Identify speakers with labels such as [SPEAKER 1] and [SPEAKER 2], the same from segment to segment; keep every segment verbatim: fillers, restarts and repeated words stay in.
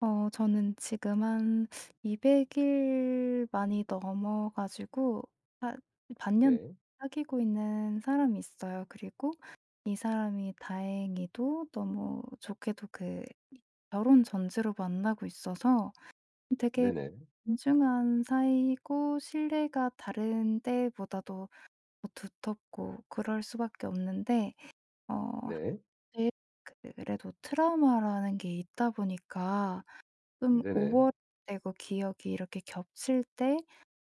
[SPEAKER 1] 어 저는 지금 한 이백 일 많이 넘어 가지고 반년
[SPEAKER 2] 네.
[SPEAKER 1] 사귀고 있는 사람이 있어요. 그리고 이 사람이 다행히도 너무 좋게도 그 결혼 전제로 만나고 있어서, 되게
[SPEAKER 2] 네네.
[SPEAKER 1] 존중한 사이고 신뢰가 다른 때보다도 더 두텁고 그럴 수밖에 없는데, 어
[SPEAKER 2] 네.
[SPEAKER 1] 사실 그래도 트라우마라는 게 있다 보니까 좀
[SPEAKER 2] 네네.
[SPEAKER 1] 오버랩되고 기억이 이렇게 겹칠 때,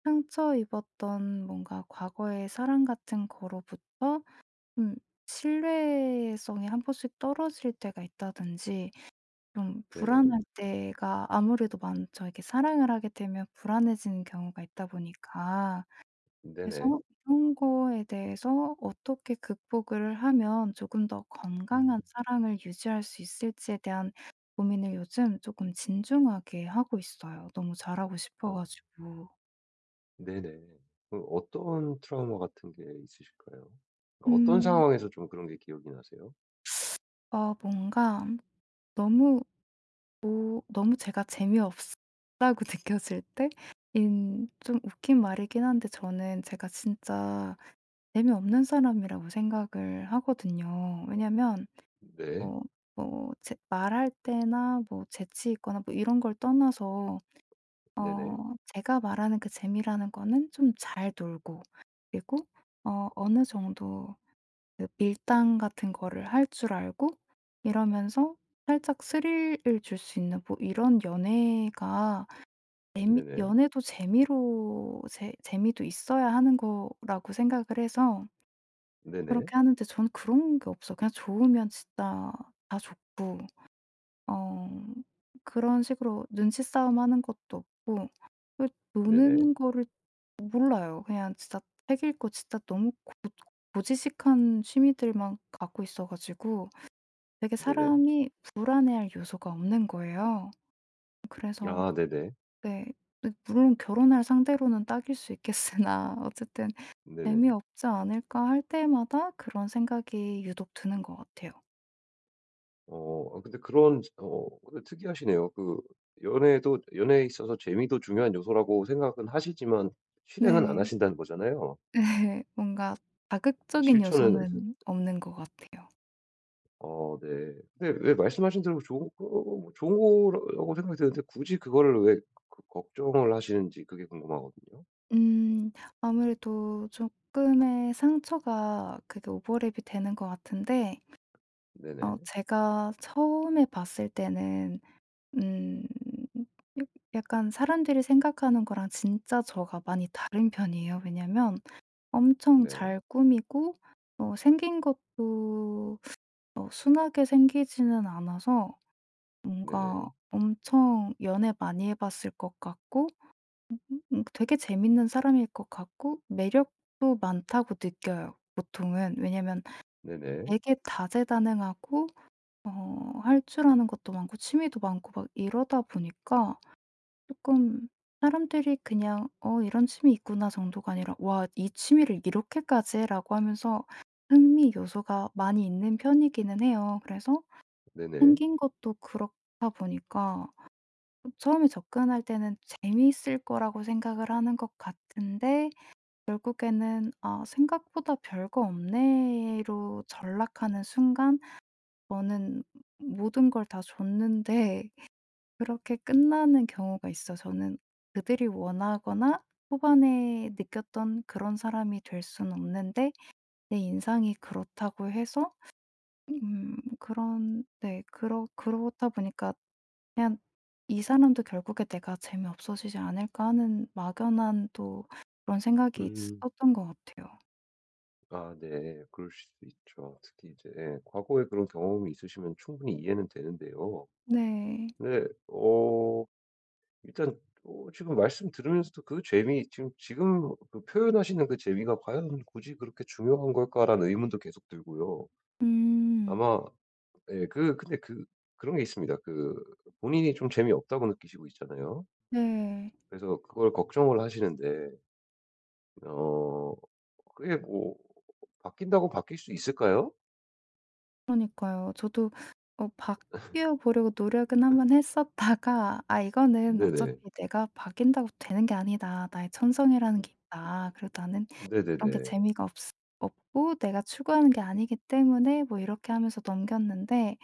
[SPEAKER 1] 상처 입었던 뭔가 과거의 사랑 같은 거로부터 좀 신뢰성이 한 번씩 떨어질 때가 있다든지, 좀
[SPEAKER 2] 네네.
[SPEAKER 1] 불안할 때가 아무래도 많죠. 이렇게 사랑을 하게 되면 불안해지는 경우가 있다 보니까. 그래서
[SPEAKER 2] 네네.
[SPEAKER 1] 이런 거에 대해서 어떻게 극복을 하면 조금 더 건강한
[SPEAKER 2] 음.
[SPEAKER 1] 사랑을 유지할 수 있을지에 대한 고민을 요즘 조금 진중하게 하고 있어요. 너무 잘하고 싶어
[SPEAKER 2] 어.
[SPEAKER 1] 가지고.
[SPEAKER 2] 네네. 그럼 어떤 트라우마 같은 게 있으실까요? 그러니까 어떤
[SPEAKER 1] 음.
[SPEAKER 2] 상황에서 좀 그런 게 기억이 나세요?
[SPEAKER 1] 어, 뭔가 너무 뭐 너무 제가 재미없다고 느껴질 때, 인 좀 웃긴 말이긴 한데 저는 제가 진짜 재미없는 사람이라고 생각을 하거든요. 왜냐면
[SPEAKER 2] 네.
[SPEAKER 1] 뭐 뭐 제 말할 때나 뭐 재치 있거나 뭐 이런 걸 떠나서,
[SPEAKER 2] 네네.
[SPEAKER 1] 어 제가 말하는 그 재미라는 거는 좀 잘 놀고, 그리고 어 어느 정도 그 밀당 같은 거를 할 줄 알고, 이러면서 살짝 스릴을 줄 수 있는 뭐 이런 연애가, 재미
[SPEAKER 2] 네네.
[SPEAKER 1] 연애도 재미로 재 재미도 있어야 하는 거라고 생각을 해서
[SPEAKER 2] 네네.
[SPEAKER 1] 그렇게 하는데, 저는 그런 게 없어 그냥 좋으면 진짜 다 좋고, 어 그런 식으로 눈치 싸움하는 것도 없고, 그
[SPEAKER 2] 네네.
[SPEAKER 1] 노는 거를 몰라요. 그냥 진짜 책 읽고, 진짜 너무 고 고지식한 취미들만 갖고 있어 가지고 되게
[SPEAKER 2] 네네.
[SPEAKER 1] 사람이 불안해할 요소가 없는 거예요. 그래서.
[SPEAKER 2] 아 네네.
[SPEAKER 1] 네. 네, 물론 결혼할 상대로는 딱일 수 있겠으나 어쨌든
[SPEAKER 2] 네네.
[SPEAKER 1] '재미없지 않을까.' 할 때마다 그런 생각이 유독 드는 것 같아요.
[SPEAKER 2] 어 아 근데 그런 어 근데 특이하시네요. 그 연애도 연애에 있어서 재미도 중요한 요소라고 생각은 하시지만 실행은 안
[SPEAKER 1] 네.
[SPEAKER 2] 하신다는 거잖아요.
[SPEAKER 1] 네, 뭔가 자극적인
[SPEAKER 2] 실천은
[SPEAKER 1] 요소는 없는 것 같아요.
[SPEAKER 2] 어 네. 근데 왜 말씀하신 대로 좋은 거 뭐 좋은 거라고 생각이 드는데 굳이 그거를 왜 그 걱정을 하시는지 그게 궁금하거든요.
[SPEAKER 1] 음. 아무래도 조금의 상처가 그게 오버랩이 되는 것 같은데, 어
[SPEAKER 2] 네네.
[SPEAKER 1] 제가 처음에 봤을 때는, 음 약 약간 사람들이 생각하는 거랑 진짜 저가 많이 다른 편이에요. 왜냐면 엄청
[SPEAKER 2] 네.
[SPEAKER 1] 잘 꾸미고 어 생긴 것도 어 순하게 생기지는 않아서 뭔가
[SPEAKER 2] 네네.
[SPEAKER 1] 엄청 연애 많이 해 봤을 것 같고, 음 되게 재밌는 사람일 것 같고 매력도 많다고 느껴요, 보통은. 왜냐면
[SPEAKER 2] 네네.
[SPEAKER 1] 되게 다재다능하고 어 할 줄 아는 것도 많고 취미도 많고 막 이러다 보니까 조금 사람들이 그냥 '어 이런 취미 있구나.' 정도가 아니라 '와 이 취미를 이렇게까지 해.'라고 하면서 흥미 요소가 많이 있는 편이기는 해요. 그래서
[SPEAKER 2] 네네.
[SPEAKER 1] 생긴 것도 그렇다 보니까 처음에 접근할 때는 재미있을 거라고 생각을 하는 것 같은데, 결국에는 '아 생각보다 별거 없네.'로 전락하는 순간 저는 모든 걸 다 줬는데 그렇게 끝나는 경우가 있어. 저는 그들이 원하거나 초반에 느꼈던 그런 사람이 될 수는 없는데 내 인상이 그렇다고 해서 음 그런, 네, 그러 그렇다 보니까 그냥 '이 사람도 결국에 내가 재미없어지지 않을까.' 하는 막연한 또 그런 생각이
[SPEAKER 2] 음.
[SPEAKER 1] 있었던 것 같아요.
[SPEAKER 2] 아 네. 그러실 수 있죠. 특히 이제 예 과거에 그런 경험이 있으시면 충분히 이해는 되는데요.
[SPEAKER 1] 네.
[SPEAKER 2] 근데 어 일단 어 지금 말씀 들으면서도 그 재미 지금 지금 그 표현하시는 그 재미가 '과연 굳이 그렇게 중요한 걸까?'라는 의문도 계속 들고요.
[SPEAKER 1] 음.
[SPEAKER 2] 아마 예. 그 근데 그 그런 게 있습니다. 그 본인이 좀 재미없다고 느끼시고 있잖아요.
[SPEAKER 1] 네.
[SPEAKER 2] 그래서 그걸 걱정을 하시는데 어 그게 뭐 바뀐다고 바뀔 수 있을까요?
[SPEAKER 1] 그러니까요. 저도 어 바뀌어 보려고 노력은 한번 했었다가 '아 이거는 어차피
[SPEAKER 2] 네네.
[SPEAKER 1] 내가 바뀐다고 되는 게 아니다. 나의 천성이라는 게 있다. 그리고 나는 그런 게
[SPEAKER 2] 네네네.
[SPEAKER 1] 재미가 없 없고 내가 추구하는 게 아니기 때문에.' 뭐 이렇게 하면서 넘겼는데,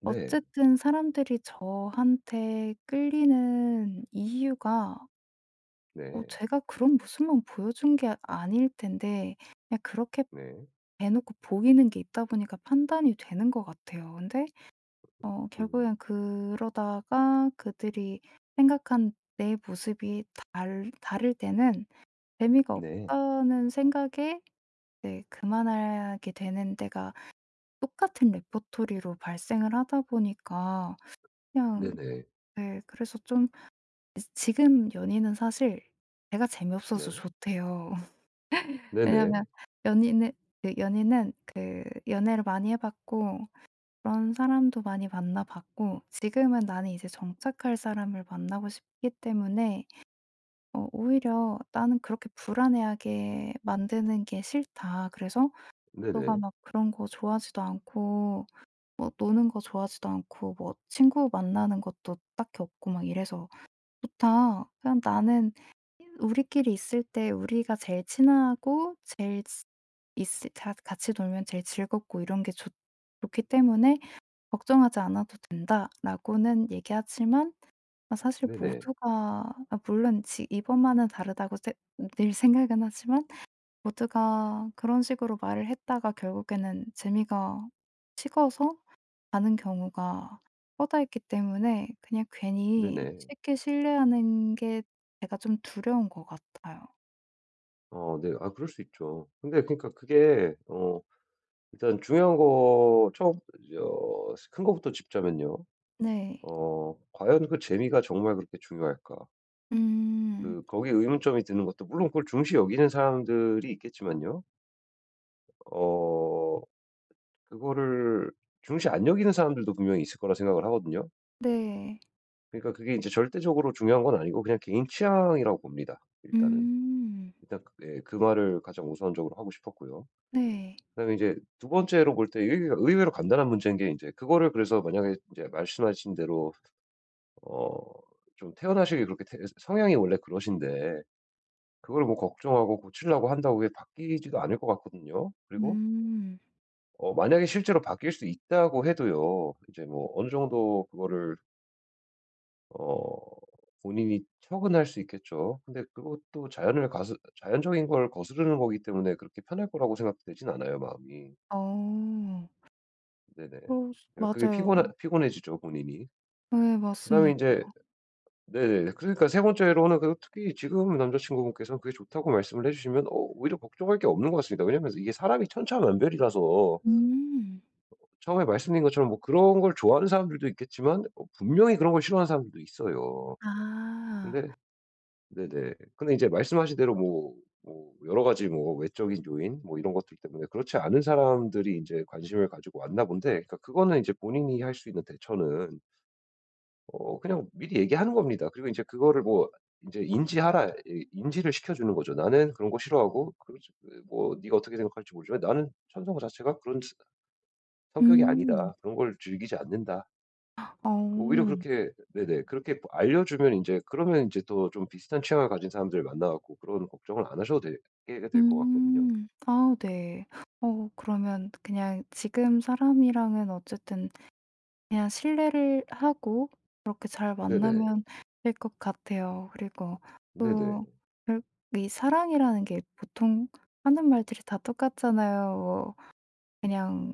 [SPEAKER 2] 네.
[SPEAKER 1] 어쨌든 사람들이 저한테 끌리는 이유가 어
[SPEAKER 2] 네.
[SPEAKER 1] 제가 그런 모습만 보여준 게 아닐 텐데, 그냥 그렇게
[SPEAKER 2] 네.
[SPEAKER 1] 대놓고 보이는 게 있다 보니까 판단이 되는 것 같아요. 근데 어
[SPEAKER 2] 음.
[SPEAKER 1] 결국엔 그러다가 그들이 생각한 내 모습이 달 다를 때는 재미가
[SPEAKER 2] 네.
[SPEAKER 1] 없다는 생각에 이제 그만하게 되는 때가 똑같은 레포토리로 발생을 하다 보니까 그냥.
[SPEAKER 2] 네네.
[SPEAKER 1] 네, 그래서 좀 이제 지금 연인은, 사실 제가 재미없어서
[SPEAKER 2] 네.
[SPEAKER 1] 좋대요. 왜냐면
[SPEAKER 2] 네네.
[SPEAKER 1] 연인은, 그 연인은 그 연애를 많이 해 봤고 그런 사람도 많이 만나 봤고, 지금은 나는 이제 정착할 사람을 만나고 싶기 때문에 어 오히려 '나는 그렇게 불안해하게 만드는 게 싫다. 그래서 너가
[SPEAKER 2] 네네.
[SPEAKER 1] 막 그런 거 좋아하지도 않고 뭐 노는 거 좋아하지도 않고 뭐 친구 만나는 것도 딱히 없고 막 이래서' 좋다. 그냥 나는 우리끼리 있을 때 우리가 제일 친하고, 제일 지 있을, 다 같이 놀면 제일 즐겁고 이런 게 좋 좋기 때문에 "걱정하지 않아도 된다."라고는 얘기하지만, 아 사실
[SPEAKER 2] 네네.
[SPEAKER 1] 모두가, 아 물론 지 이번만은 다르다고 세 늘 생각은 하지만 모두가 그런 식으로 말을 했다가 결국에는 재미가 식어서 가는 경우가 뻗어있기 때문에 그냥 괜히
[SPEAKER 2] 네네.
[SPEAKER 1] 쉽게 신뢰하는 게 제가 좀 두려운 것 같아요.
[SPEAKER 2] 어 네. 아 그럴 수 있죠. 근데 그러니까 그게 어 일단 중요한 거 처음 저 큰 거부터 짚자면요.
[SPEAKER 1] 네.
[SPEAKER 2] 어 과연 그 재미가 정말 그렇게 중요할까?
[SPEAKER 1] 음.
[SPEAKER 2] 그 거기에 의문점이 드는 것도 물론 그걸 중시 여기는 사람들이 있겠지만요. 어 그거를 중시 안 여기는 사람들도 분명히 있을 거라 생각을 하거든요.
[SPEAKER 1] 네.
[SPEAKER 2] 그러니까 그게 이제 절대적으로 중요한 건 아니고 그냥 개인 취향이라고 봅니다 일단은.
[SPEAKER 1] 음.
[SPEAKER 2] 일단 그, 예 그 말을 가장 우선적으로 하고 싶었고요.
[SPEAKER 1] 네.
[SPEAKER 2] 그다음에 이제 두 번째로 볼 때 이게 의외로 간단한 문제인 게 이제 그거를 그래서 만약에 이제 말씀하신 대로 어 좀 태어나시기 그렇게 태 성향이 원래 그러신데 그걸 뭐 걱정하고 고치려고 한다고 왜 바뀌지도 않을 것 같거든요. 그리고
[SPEAKER 1] 음.
[SPEAKER 2] 어 만약에 실제로 바뀔 수 있다고 해도요. 이제 뭐 어느 정도 그거를 어 본인이 처근할 수 있겠죠. 근데 그것도 자연을 가스 자연적인 걸 거스르는 거기 때문에 그렇게 편할 거라고 생각되진 않아요, 마음이.
[SPEAKER 1] 어.
[SPEAKER 2] 네네.
[SPEAKER 1] 어
[SPEAKER 2] 그러니까 그게
[SPEAKER 1] 맞아요.
[SPEAKER 2] 피곤하 피곤해지죠, 본인이.
[SPEAKER 1] 네
[SPEAKER 2] 그다음에 이
[SPEAKER 1] 맞습니다.
[SPEAKER 2] 제 네 그러니까 세 번째로는 그 특히 지금 남자 친구분께서는 그게 좋다고 말씀을 해 주시면 어 오히려 걱정할 게 없는 것 같습니다. 왜냐면 이게 사람이 천차만별이라서
[SPEAKER 1] 음.
[SPEAKER 2] 처음에 말씀드린 것처럼 뭐 그런 걸 좋아하는 사람들도 있겠지만 어 분명히 그런 걸 싫어하는 사람들도 있어요.
[SPEAKER 1] 아.
[SPEAKER 2] 근데 네네. 근데 이제 말씀하신 대로 뭐 뭐 여러 가지 뭐 외적인 요인 뭐 이런 것들 때문에 그렇지 않은 사람들이 이제 관심을 가지고 왔나 본데 그러니까 그거는 이제 본인이 할 수 있는 대처는 어 그냥 미리 얘기하는 겁니다. 그리고 이제 그거를 뭐 인제 인지하라 이 인지를 시켜주는 거죠. "나는 그런 거 싫어하고 그러지 뭐 네가 어떻게 생각할지 모르지만 나는 찬성어 자체가 그런 스 성격이
[SPEAKER 1] 음.
[SPEAKER 2] 아니다. 그런 걸 즐기지 않는다." 오히려
[SPEAKER 1] 어.
[SPEAKER 2] 그렇게 네네 그렇게 뭐 알려주면 이제 그러면 이제 또 좀 비슷한 취향을 가진 사람들 만나 갖고 그런 걱정을 안 하셔도 되게 될 것 같거든요.
[SPEAKER 1] 음. 아 네. 어 그러면 그냥 지금 사람이랑은 어쨌든 그냥 신뢰를 하고 그렇게 잘
[SPEAKER 2] 네네.
[SPEAKER 1] 만나면 될 것 같아요. 그리고
[SPEAKER 2] 네네.
[SPEAKER 1] 뭐 결 이 사랑이라는 게 보통 하는 말들이 다 똑같잖아요. 뭐 그냥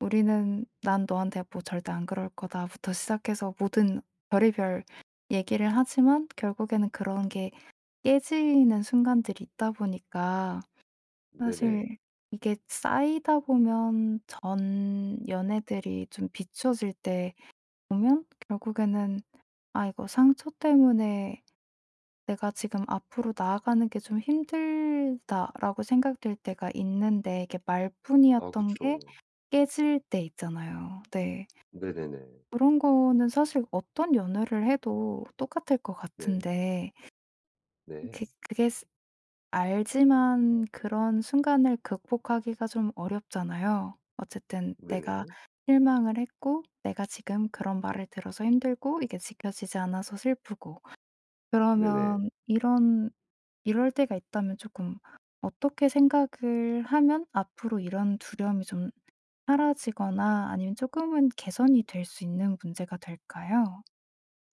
[SPEAKER 1] "우리는, 난 너한테 뭐 절대 안 그럴 거다."부터 시작해서 모든 별의별 얘기를 하지만 결국에는 그런 게 깨지는 순간들이 있다 보니까,
[SPEAKER 2] 네네.
[SPEAKER 1] 사실 이게 쌓이다 보면 전 연애들이 좀 비춰질 때 보면 결국에는 '아 이거 상처 때문에 내가 지금 앞으로 나아가는 게 좀 힘들다.'라고 생각될 때가 있는데, 이게
[SPEAKER 2] 아
[SPEAKER 1] 말뿐이었던 게
[SPEAKER 2] 그쵸.
[SPEAKER 1] 깨질 때 있잖아요. 네.
[SPEAKER 2] 네네네.
[SPEAKER 1] 그런 거는 사실 어떤 연애를 해도 똑같을 것
[SPEAKER 2] 네.
[SPEAKER 1] 같은데,
[SPEAKER 2] 네.
[SPEAKER 1] 그 그게 알지만 그런 순간을 극복하기가 좀 어렵잖아요. 어쨌든 내가
[SPEAKER 2] 네네.
[SPEAKER 1] 실망을 했고, 내가 지금 그런 말을 들어서 힘들고, 이게 지켜지지 않아서 슬프고,
[SPEAKER 2] 네네.
[SPEAKER 1] 그러면 이런 이럴 때가 있다면 조금 어떻게 생각을 하면 앞으로 이런 두려움이 좀 사라지거나 아니면 조금은 개선이 될 수 있는 문제가 될까요?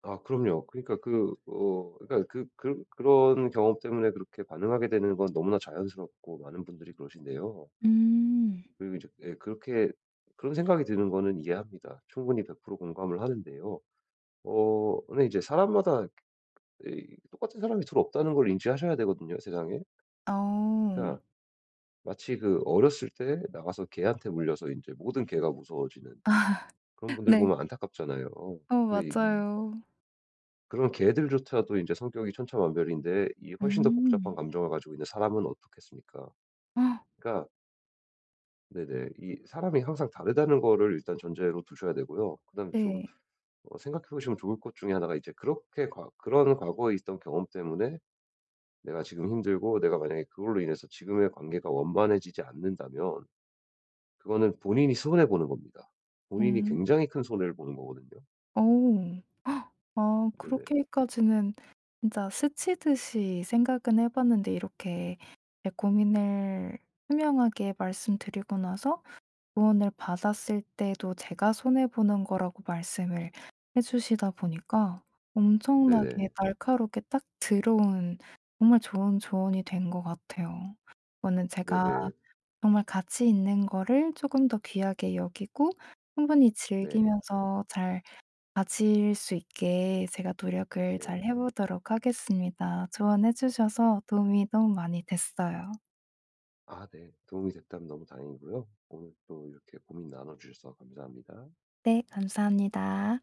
[SPEAKER 2] 아 그럼요. 그러니까 그 어 그러니까 그 그 그런 경험 때문에 그렇게 반응하게 되는 건 너무나 자연스럽고 많은 분들이 그러신데요.
[SPEAKER 1] 음.
[SPEAKER 2] 그리고 이제 예 그렇게 그런 생각이 드는 거는 이해합니다. 충분히 백 퍼센트 공감을 하는데요. 어 근데 이제 사람마다 이 똑같은 사람이 둘 없다는 걸 인지하셔야 되거든요, 세상에.
[SPEAKER 1] 어.
[SPEAKER 2] 그러니까 마치 그 어렸을 때 나가서 개한테 물려서 이제 모든 개가 무서워지는 그런 분들
[SPEAKER 1] 네.
[SPEAKER 2] 보면 안타깝잖아요.
[SPEAKER 1] 어
[SPEAKER 2] 근데 이
[SPEAKER 1] 맞아요.
[SPEAKER 2] 그런 개들조차도 이제 성격이 천차만별인데 이 훨씬 더 복잡한
[SPEAKER 1] 음.
[SPEAKER 2] 감정을 가지고 있는 사람은 어떻겠습니까? 그러니까 네네. 이 사람이 항상 다르다는 거를 일단 전제로 두셔야 되고요. 그다음에 좀
[SPEAKER 1] 네.
[SPEAKER 2] 어 생각해 보시면 좋을 것 중에 하나가 이제 그렇게 과 그런 과거에 있던 경험 때문에 내가 지금 힘들고 내가 만약에 그걸로 인해서 지금의 관계가 원만해지지 않는다면 그거는 본인이 손해 보는 겁니다. 본인이
[SPEAKER 1] 음.
[SPEAKER 2] 굉장히 큰 손해를 보는 거거든요.
[SPEAKER 1] 어. 아
[SPEAKER 2] 네네.
[SPEAKER 1] 그렇게까지는 진짜 스치듯이 생각은 해 봤는데, 이렇게 제 고민을 투명하게 말씀드리고 나서 조언을 받았을 때도 제가 손해 보는 거라고 말씀을 해 주시다 보니까 엄청나게
[SPEAKER 2] 네네.
[SPEAKER 1] 날카롭게 딱 들어온 정말 좋은 조언이 된 것 같아요. 이거는 제가
[SPEAKER 2] 네네.
[SPEAKER 1] 정말 가치 있는 거를 조금 더 귀하게 여기고 충분히
[SPEAKER 2] 네.
[SPEAKER 1] 즐기면서 잘 가질 수 있게 제가 노력을 잘
[SPEAKER 2] 네.
[SPEAKER 1] 해 보도록 하겠습니다. 조언해 주셔서 도움이 너무 많이 됐어요.
[SPEAKER 2] 아 네. 도움이 됐다면 너무 다행이고요. 오늘 또 이렇게 고민 나눠 주셔서 감사합니다.
[SPEAKER 1] 네, 감사합니다.